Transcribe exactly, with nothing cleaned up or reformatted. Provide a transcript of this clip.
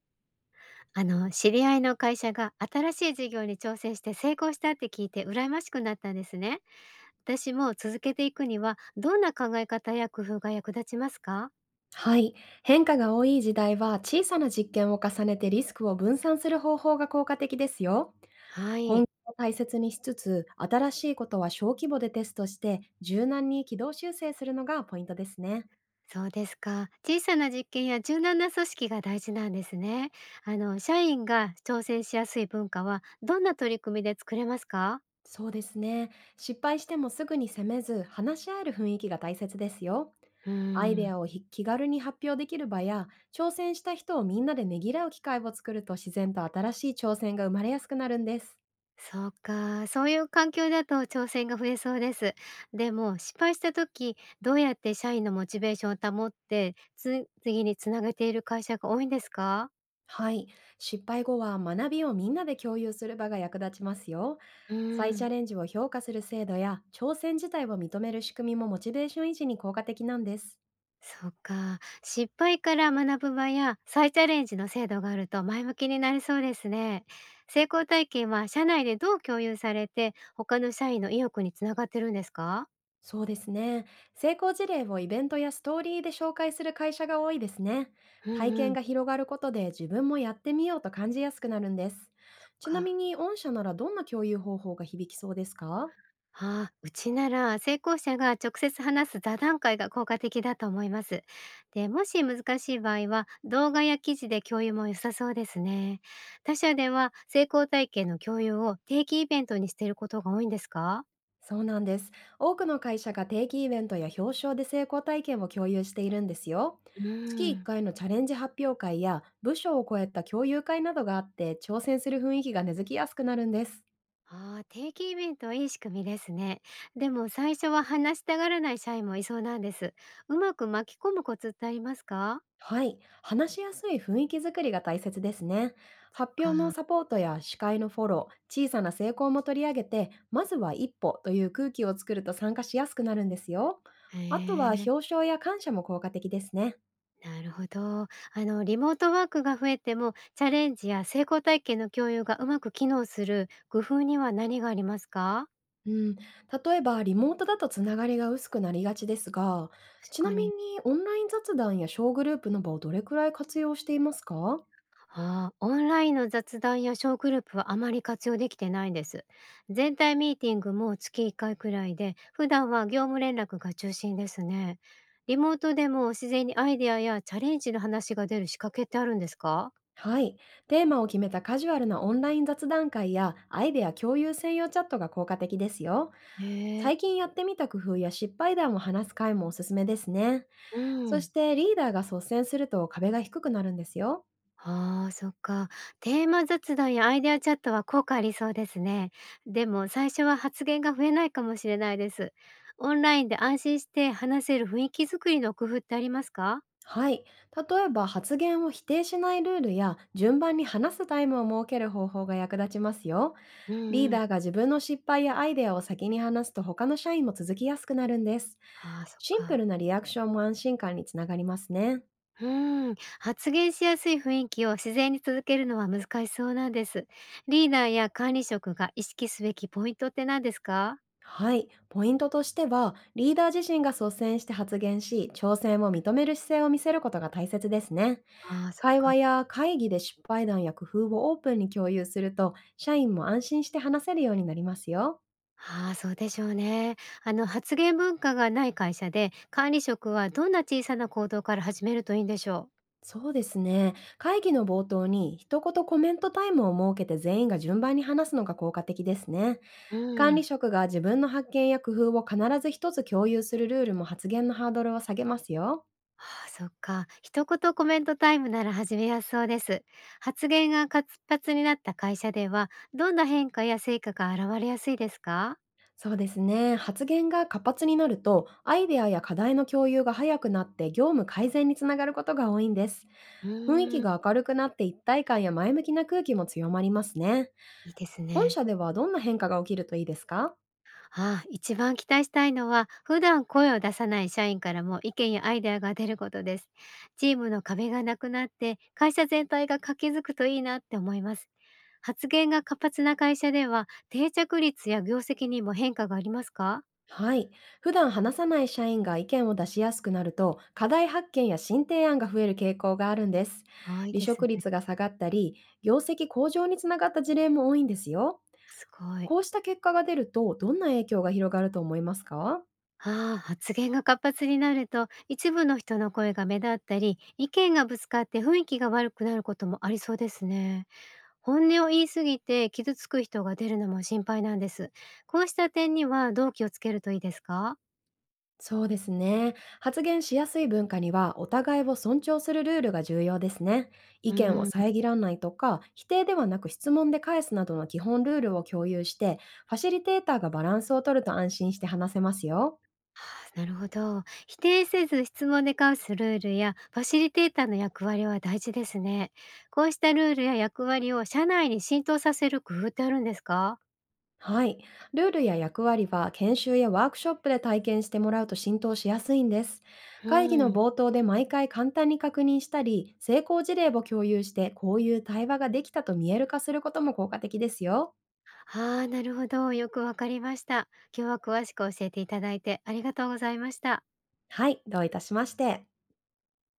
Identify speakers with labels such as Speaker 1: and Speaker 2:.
Speaker 1: あの、知り合いの会社が新しい事業に挑戦して成功したって聞いて羨ましくなったんですね。私も続けていくにはどんな考え方や工夫が役立ちますか。
Speaker 2: はい。変化が多い時代は小さな実験を重ねてリスクを分散する方法が効果的ですよ。
Speaker 1: は
Speaker 2: 本
Speaker 1: い。
Speaker 2: 気を大切にしつつ、新しいことは小規模でテストして、柔軟に軌道修正するのがポイントですね。
Speaker 1: そうですか。小さな実験や柔軟な組織が大事なんですね。あの、社員が挑戦しやすい文化はどんな取り組みで作れますか。
Speaker 2: そうですね。失敗してもすぐに責めず、話し合える雰囲気が大切ですよ。
Speaker 1: うー
Speaker 2: アイデ
Speaker 1: ん。
Speaker 2: アをひ気軽に発表できる場や、挑戦した人をみんなでねぎらう機会を作ると自然と新しい挑戦が生まれやすくなるんです。
Speaker 1: そうか、そういう環境だと挑戦が増えそうです。でも失敗した時、どうやって社員のモチベーションを保って、つ次につなげている会社が多いんですか？
Speaker 2: はい。失敗後は学びをみんなで共有する場が役立ちますよ。
Speaker 1: うー
Speaker 2: 再チャ
Speaker 1: ん。
Speaker 2: レンジを評価する制度や挑戦自体を認める仕組みもモチベーション維持に効果的なんです。
Speaker 1: そうか、失敗から学ぶ場や再チャレンジの制度があると前向きになれそうですね。成功体験は社内でどう共有されて、他の社員の意欲につながってるんですか？
Speaker 2: そうですね。成功事例をイベントやストーリーで紹介する会社が多いですね。
Speaker 1: う
Speaker 2: 体
Speaker 1: んう
Speaker 2: 験
Speaker 1: ん。
Speaker 2: が広がることで自分もやってみようと感じやすくなるんです。
Speaker 1: そっ
Speaker 2: ちなみ
Speaker 1: か。
Speaker 2: に、御社ならどんな共有方法が響きそうですか？
Speaker 1: ああ、うちなら成功者が直接話す座談会が効果的だと思います。で、もし難しい場合は動画や記事で共有も良さそうですね。他社では成功体験の共有を定期イベントにしていることが多いんですか。
Speaker 2: そうなんです。多くの会社が定期イベントや表彰で成功体験を共有しているんですよ。
Speaker 1: うー
Speaker 2: 月1
Speaker 1: ん、
Speaker 2: 回のチャレンジ発表会や部署を超えた共有会などがあって、挑戦する雰囲気が根付きやすくなるんです。
Speaker 1: ああ、定期イベントはいい仕組みですね。でも最初は話したがらない社員もいそうなんです。うまく巻き込むコツってありますか。
Speaker 2: はい。話しやすい雰囲気づくりが大切ですね。
Speaker 1: そっ
Speaker 2: 発表
Speaker 1: か。
Speaker 2: のサポートや司会のフォロー、小さな成功も取り上げて、まずは一歩という空気を作ると参加しやすくなるんですよ。
Speaker 1: へ
Speaker 2: あとは
Speaker 1: え。
Speaker 2: 表彰や感謝も効果的ですね。
Speaker 1: なるほど。あの、リモートワークが増えても、チャレンジや成功体験の共有がうまく機能する工夫には何がありますか。
Speaker 2: うん、例えばリモートだとつながりが薄くなりがちですが、
Speaker 1: 確
Speaker 2: ちな
Speaker 1: か
Speaker 2: み
Speaker 1: に。
Speaker 2: に、オンライン雑談や小グループの場をどれくらい活用していますか？
Speaker 1: ああ、オンラインの雑談や小グループはあまり活用できてないんです。全体ミーティングも月いっかいくらいで、普段は業務連絡が中心ですね。リモートでも自然にアイデアやチャレンジの話が出る仕掛けってあるんですか。
Speaker 2: はい。テーマを決めたカジュアルなオンライン雑談会やアイデア共有専用チャットが効果的ですよ。
Speaker 1: へえ。
Speaker 2: 最近やってみた工夫や失敗談を話す回もおすすめですね。
Speaker 1: う
Speaker 2: そし
Speaker 1: ん。
Speaker 2: てリーダーが率先すると壁が低くなるんですよ。
Speaker 1: ああ、そっか。テーマ雑談やアイデアチャットは効果ありそうですね。でも最初は発言が増えないかもしれないです。オンラインで安心して話せる雰囲気作りの工夫ってありますか。
Speaker 2: はい。例えば、発言を否定しないルールや順番に話すタイムを設ける方法が役立ちますよ。
Speaker 1: うん
Speaker 2: リー
Speaker 1: うん。
Speaker 2: ダーが自分の失敗やアイデアを先に話すと、他の社員も続きやすくなるんです。
Speaker 1: ああ、そっ
Speaker 2: シンプ
Speaker 1: か。
Speaker 2: ルなリアクションも安心感につながりますね。
Speaker 1: うーん、発言しやすい雰囲気を自然に続けるのは難しそうなんです。リーダーや管理職が意識すべきポイントって何ですか。
Speaker 2: はい。ポイントとしては、リーダー自身が率先して発言し、挑戦を認める姿勢を見せることが大切ですね。
Speaker 1: ああ、そっ
Speaker 2: 会
Speaker 1: か。
Speaker 2: 話や会議で失敗談や工夫をオープンに共有すると、社員も安心して話せるようになりますよ。
Speaker 1: ああ、そうでしょうね。あの発言文化がない会社で、管理職はどんな小さな行動から始めるといいんでしょう？
Speaker 2: そうですね。会議の冒頭に一言コメントタイムを設けて、全員が順番に話すのが効果的ですね。
Speaker 1: う
Speaker 2: 管理
Speaker 1: ん。
Speaker 2: 職が自分の発見や工夫を必ず一つ共有するルールも、発言のハードルを下げますよ。
Speaker 1: ああ、そっか。一言コメントタイムなら始めやすそうです。発言が活発になった会社では、どんな変化や成果が現れやすいですか？
Speaker 2: そうですね。発言が活発になると、アイデアや課題の共有が早くなって業務改善につながることが多いんです。
Speaker 1: う
Speaker 2: 雰囲気
Speaker 1: ーん。
Speaker 2: が明るくなって、一体感や前向きな空気も強まりますね。
Speaker 1: いいです
Speaker 2: 御
Speaker 1: ね。
Speaker 2: 社ではどんな変化が起きるといいですか？
Speaker 1: ああ、一番期待したいのは、普段声を出さない社員からも意見やアイデアが出ることです。チームの壁がなくなって、会社全体が活気づくといいなって思います。発言が活発な会社では、定着率や業績にも変化がありますか。
Speaker 2: はい。普段話さない社員が意見を出しやすくなると、課題発見や新提案が増える傾向があるんです。
Speaker 1: ああ、いい
Speaker 2: 離
Speaker 1: です
Speaker 2: 職
Speaker 1: ね。
Speaker 2: 率が下がったり、業績向上につながった事例も多いんですよ。
Speaker 1: すごい。
Speaker 2: こうした結果が出ると、どんな影響が広がると思いますか？
Speaker 1: ああ、発言が活発になると、一部の人の声が目立ったり、意見がぶつかって雰囲気が悪くなることもありそうですね。本音を言い過ぎて傷つく人が出るのも心配なんです。こうした点にはどう気をつけるといいですか。
Speaker 2: そうですね。発言しやすい文化には、お互いを尊重するルールが重要ですね。意
Speaker 1: う
Speaker 2: 見を
Speaker 1: ーん、あ
Speaker 2: 遮らないとか、否定ではなく質問で返すなどの基本ルールを共有して、ファシリテーターがバランスを取ると安心して話せますよ。
Speaker 1: ーなるほど。否定せず質問で交わすルールやファシリテーターの役割は大事ですね。こうしたルールや役割を社内に浸透させる工夫ってあるんですか。
Speaker 2: はい。ルールや役割は研修やワークショップで体験してもらうと浸透しやすいんです。
Speaker 1: う
Speaker 2: 会議の
Speaker 1: ん、
Speaker 2: 冒頭で毎回簡単に確認したり、成功事例を共有して、こういう対話ができたと見える化することも効果的ですよ。
Speaker 1: ああなるほど。よくわかりました。今日は詳しく教えていただいてありがとうございました。
Speaker 2: はい、どういたしまして。